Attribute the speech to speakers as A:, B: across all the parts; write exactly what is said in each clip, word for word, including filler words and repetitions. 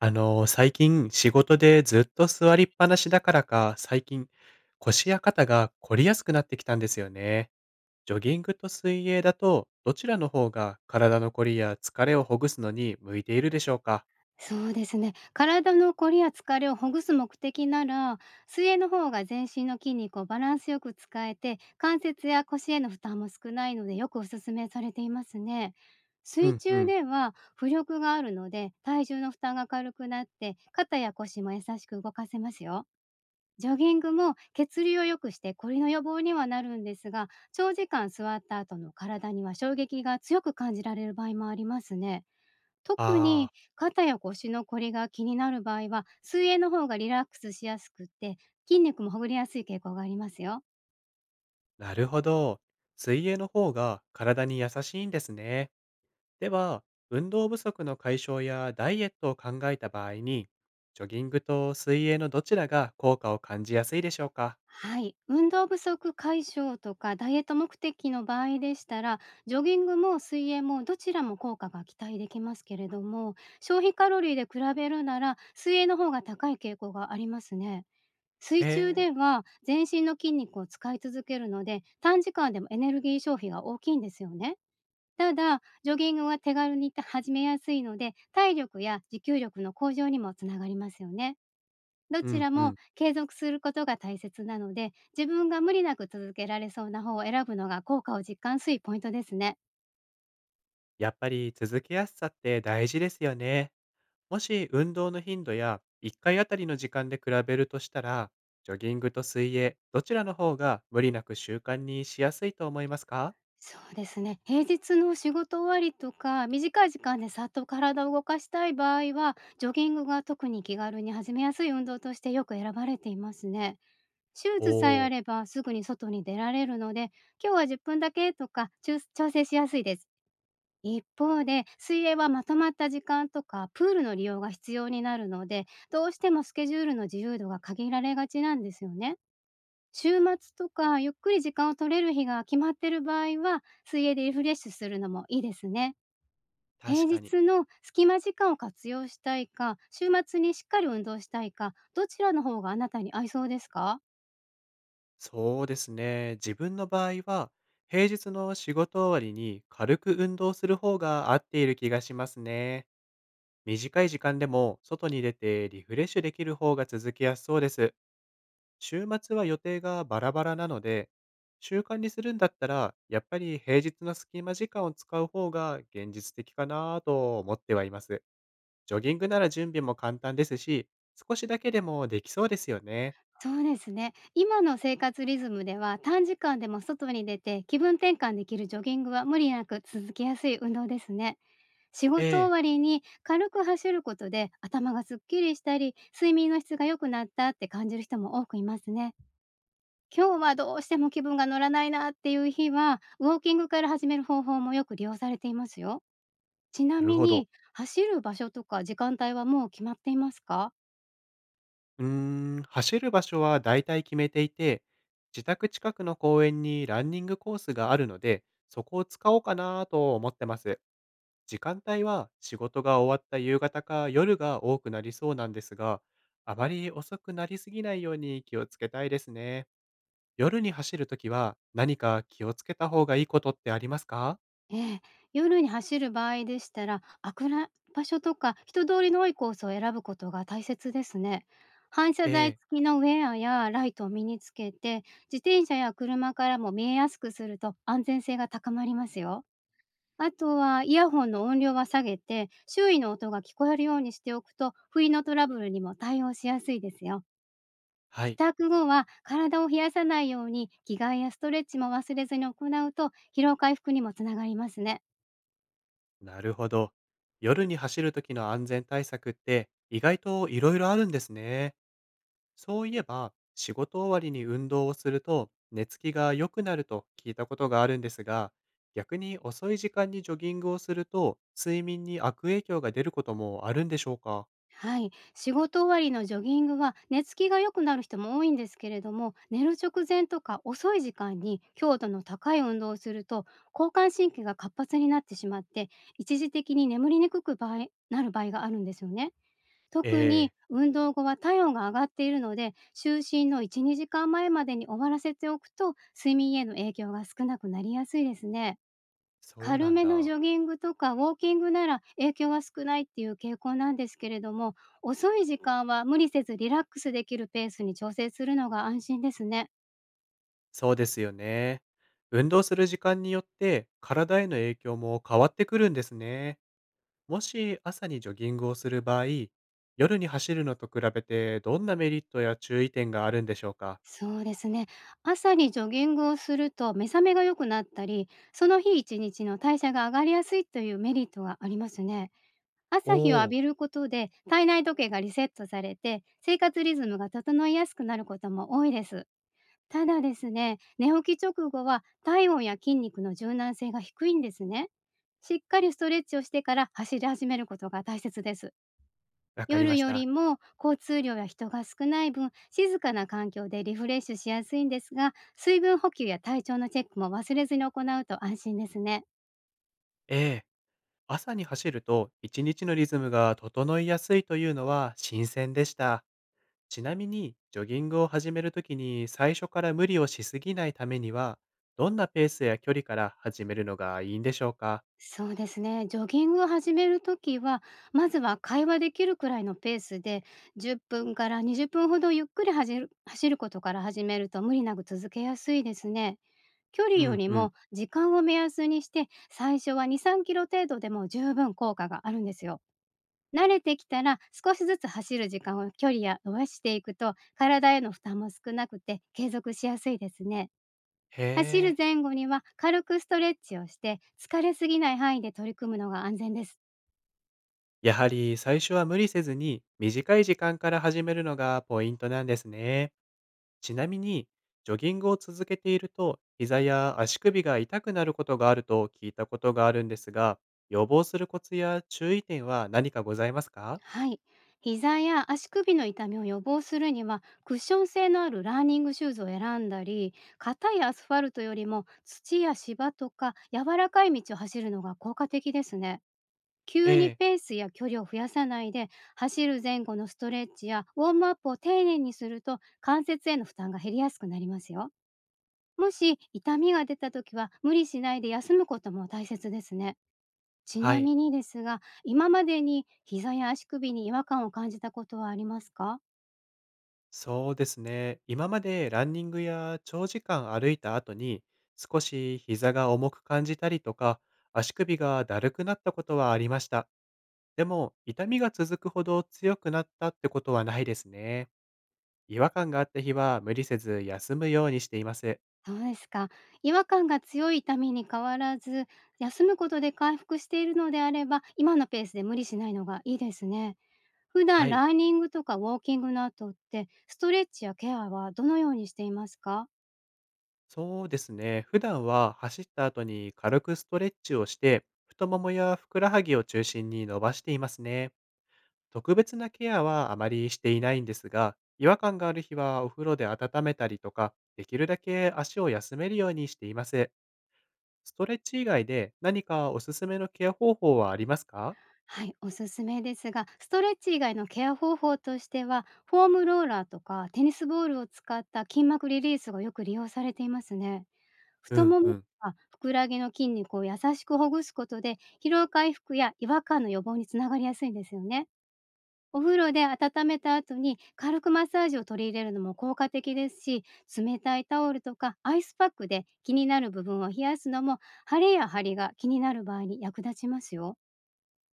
A: あのー、最近仕事でずっと座りっぱなしだからか、最近腰や肩が凝りやすくなってきたんですよね。ジョギングと水泳だと、どちらの方が体の凝りや疲れをほぐすのに向いているでしょうか？
B: そうですね。体のこりや疲れをほぐす目的なら、水泳の方が全身の筋肉をバランスよく使えて、関節や腰への負担も少ないので、よくおすすめされていますね。
A: う
B: 水
A: んう
B: 中
A: ん。
B: では浮力があるので、体重の負担が軽くなって、肩や腰も優しく動かせますよ。ジョギングも血流を良くしてこりの予防にはなるんですが、長時間座った後の体には衝撃が強く感じられる場合もありますね。特に
A: ああ、
B: 肩や腰のこりが気になる場合は、水泳の方がリラックスしやすくって、筋肉もほぐれやすい傾向がありますよ。
A: なるほど。水泳の方が体に優しいんですね。では、運動不足の解消やダイエットを考えた場合に、ジョギングと水泳のどちらが効果を感じやすいでしょうか？
B: はい。運動不足解消とかダイエット目的の場合でしたら、ジョギングも水泳もどちらも効果が期待できますけれども、消費カロリーで比べるなら水泳の方が高い傾向がありますね。
A: へ
B: 水中
A: え。
B: では全身の筋肉を使い続けるので、短時間でもエネルギー消費が大きいんですよね。ただ、ジョギングは手軽に始めやすいので、体力や持久力の向上にもつながりますよね。ど
A: う
B: ち
A: ん
B: ら
A: う
B: も
A: ん。
B: 継続することが大切なので、自分が無理なく続けられそうな方を選ぶのが効果を実感するポイントですね。
A: やっぱり続けやすさって大事ですよね。もし運動の頻度やいっかいあたりの時間で比べるとしたら、ジョギングと水泳、どちらの方が無理なく習慣にしやすいと思いますか？
B: そうですね。平日の仕事終わりとか、短い時間でさっと体を動かしたい場合は、ジョギングが特に気軽に始めやすい運動としてよく選ばれていますね。シュー
A: お
B: ズさえ
A: お
B: あ
A: ー、
B: ればすぐに外に出られるので、今日はじゅっぷんだけとか、ちゅう調整しやすいです。一方で、水泳はまとまった時間とか、プールの利用が必要になるので、どうしてもスケジュールの自由度が限られがちなんですよね。週末とか、ゆっくり時間を取れる日が決まってる場合は、水泳でリフレッシュするのもいいですね。平
A: 確かに。
B: 日の隙間時間を活用したいか、週末にしっかり運動したいか、どちらの方があなたに合いそうですか？
A: そうですね。自分の場合は、平日の仕事終わりに軽く運動する方が合っている気がしますね。短い時間でも外に出てリフレッシュできる方が続きやすそうです。週末は予定がバラバラなので、習慣にするんだったら、やっぱり平日の隙間時間を使う方が現実的かなぁと思ってはいます。ジョギングなら準備も簡単ですし、少しだけでもできそうですよね。
B: そうですね。今の生活リズムでは、短時間でも外に出て気分転換できるジョギングは無理なく続きやすい運動ですね。仕
A: え
B: 事終
A: え、
B: わりに軽く走ることで頭がすっきりしたり、睡眠の質が良くなったって感じる人も多くいますね。今日はどうしても気分が乗らないなっていう日は、ウォーキングから始める方法もよく利用されていますよ。ちな
A: なる
B: み
A: ほど。
B: に、走る場所とか時間帯はもう決まっていますか？
A: うーん、走る場所はだいたい決めていて、自宅近くの公園にランニングコースがあるので、そこを使おうかなぁと思ってます。時間帯は仕事が終わった夕方か夜が多くなりそうなんですが、あまり遅くなりすぎないように気をつけたいですね。夜に走るときは何か気をつけた方がいいことってありますか？
B: ええ、夜に走る場合でしたら、暗い場所とか人通りの多いコースを選ぶことが大切ですね。反射
A: え
B: 材
A: え、
B: 付きのウェアやライトを身につけて、自転車や車からも見えやすくすると安全性が高まりますよ。あとはイヤホンの音量は下げて、周囲の音が聞こえるようにしておくと、不意のトラブルにも対応しやすいですよ。
A: は
B: 帰
A: い、
B: 宅後は体を冷やさないように着替えやストレッチも忘れずに行うと疲労回復にもつながりますね。
A: なるほど。夜に走るときの安全対策って意外といろいろあるんですね。そういえば、仕事終わりに運動をすると、寝つきが良くなると聞いたことがあるんですが、逆に遅い時間にジョギングをすると、睡眠に悪影響が出ることもあるんでしょうか？
B: はい、仕事終わりのジョギングは寝つきが良くなる人も多いんですけれども、寝る直前とか遅い時間に強度の高い運動をすると、交感神経が活発になってしまって、一時的に眠りにくく場合なる場合があるんですよね。
A: え
B: 特に
A: え、
B: 運動後は体温が上がっているので、就寝のいち、2時間前まえまでに終わらせておくと、睡眠への影響が少なくなりやすいですね。
A: そう
B: 軽
A: なん
B: めのジ
A: だ。
B: ョギングとかウォーキングなら影響は少ないっていう傾向なんですけれども、遅い時間は無理せずリラックスできるペースに調整するのが安心ですね。
A: そうですよね。運動する時間によって、体への影響も変わってくるんですね。もし朝にジョギングをする場合、夜に走るのと比べて、どんなメリットや注意点があるんでしょうか？
B: そうですね。朝にジョギングをすると目覚めが良くなったり、その日一日の代謝が上がりやすいというメリットがありますね。
A: お
B: 朝日を
A: お
B: 浴
A: ー、
B: びることで体内時計がリセットされて、生活リズムが整いやすくなることも多いです。ただですね、寝起き直後は体温や筋肉の柔軟性が低いんですね。しっかりストレッチをしてから走り始めることが大切です。
A: わかり
B: 夜
A: まし
B: よ
A: た。
B: りも交通量や人が少ない分、静かな環境でリフレッシュしやすいんですが、水分補給や体調のチェックも忘れずに行うと安心ですね。
A: ええ、朝に走ると一日のリズムが整いやすいというのは新鮮でした。ちなみにジョギングを始めるときに最初から無理をしすぎないためにはどんなペースや距離から始めるのがいいんでしょうか？
B: そうですね。ジョギングを始めるときは、まずは会話できるくらいのペースで、じゅっぷんからにじゅっぷんほどゆっくり走る走ることから始めると無理なく続けやすいですね。距離
A: う
B: よ
A: ん
B: り
A: うん。
B: も時間を目安にして、最初はに、さんキロ程度でも十分効果があるんですよ。慣れてきたら少しずつ走る時間を距離や伸ばしていくと体への負担も少なくて継続しやすいですね。走る
A: へえ。
B: 前後には軽くストレッチをして、疲れすぎない範囲で取り組むのが安全です。
A: やはり最初は無理せずに短い時間から始めるのがポイントなんですね。ちなみに、ジョギングを続けていると、膝や足首が痛くなることがあると聞いたことがあるんですが、予防するコツや注意点は何かございますか？
B: はい。膝や足首の痛みを予防するには、クッション性のあるランニングシューズを選んだり、硬いアスファルトよりも土や芝とか柔らかい道を走るのが効果的ですね。
A: え
B: 急に
A: え、
B: ペースや距離を増やさないで、走る前後のストレッチやウォームアップを丁寧にすると関節への負担が減りやすくなりますよ。もし痛みが出た時は無理しないで休むことも大切ですね。ち
A: は
B: な
A: い。
B: みにですが、今までに膝や足首に違和感を感じたことはありますか？
A: そうですね。今までランニングや長時間歩いた後に、少し膝が重く感じたりとか、足首がだるくなったことはありました。でも、痛みが続くほど強くなったってことはないですね。違和感があった日は無理せず休むようにしています。
B: そうですか。違和感が強い痛みに変わらず、休むことで回復しているのであれば、今のペースで無理しないのがいいですね。普
A: は
B: 段
A: い。
B: ランニングとかウォーキングの後って、ストレッチやケアはどのようにしていますか？
A: そうですね。普段は走った後に軽くストレッチをして、太ももやふくらはぎを中心に伸ばしていますね。特別なケアはあまりしていないんですが、違和感がある日はお風呂で温めたりとか、できるだけ足を休めるようにしています。ストレッチ以外で何かおすすめのケア方法はありますか？
B: はい、おすすめですが、ストレッチ以外のケア方法としては、フォームローラーとかテニスボールを使った筋膜リリースがよく利用されていますね。
A: う
B: 太
A: ん
B: もも
A: う
B: と
A: ん。
B: かふくらはぎの筋肉を優しくほぐすことで、疲労回復や違和感の予防につながりやすいんですよね。お風呂で温めた後に軽くマッサージを取り入れるのも効果的ですし、冷たいタオルとかアイスパックで気になる部分を冷やすのも、腫れや張りが気になる場合に役立ちますよ。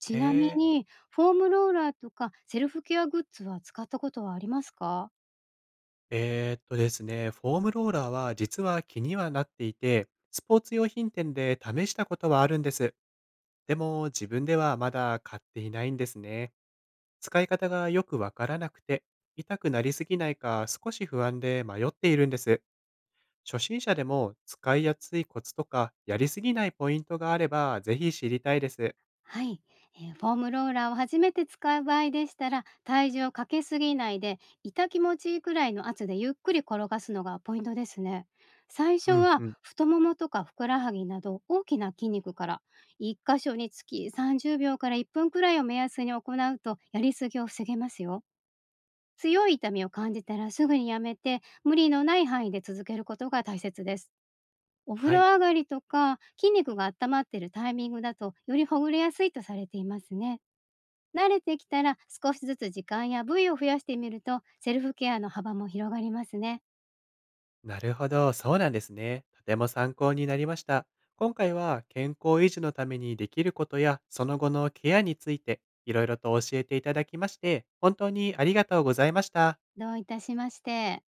B: ちなみ
A: へえ。
B: に、フォームローラーとかセルフケアグッズは使ったことはありますか？
A: えーっとですね、フォームローラーは実は気にはなっていて、スポーツ用品店で試したことはあるんです。でも自分ではまだ買っていないんですね。使い方がよくわからなくて、痛くなりすぎないか少し不安で迷っているんです。初心者でも使いやすいコツとか、やりすぎないポイントがあればぜひ知りたいです。
B: はい、えーフォームローラーを初めて使う場合でしたら、体重をかけすぎないで痛気持ちいいくらいの圧でゆっくり転がすのがポイントですね。最初
A: うん
B: は
A: うん。
B: 太ももとかふくらはぎなど大きな筋肉から、いっ箇所につきさんじゅうびょうからいっぷんくらいを目安に行うとやりすぎを防げますよ。強い痛みを感じたらすぐにやめて、無理のない範囲で続けることが大切です。お風
A: は
B: 呂
A: い。
B: 上がりとか、筋肉が温まっているタイミングだと、よりほぐれやすいとされていますね。慣れてきたら、少しずつ時間や部位を増やしてみると、セルフケアの幅も広がりますね。
A: なるほど。そうなんですね。とても参考になりました。今回は健康維持のためにできることや、その後のケアについて、いろいろと教えていただきまして、本当にありがとうございました。
B: どういたしまして。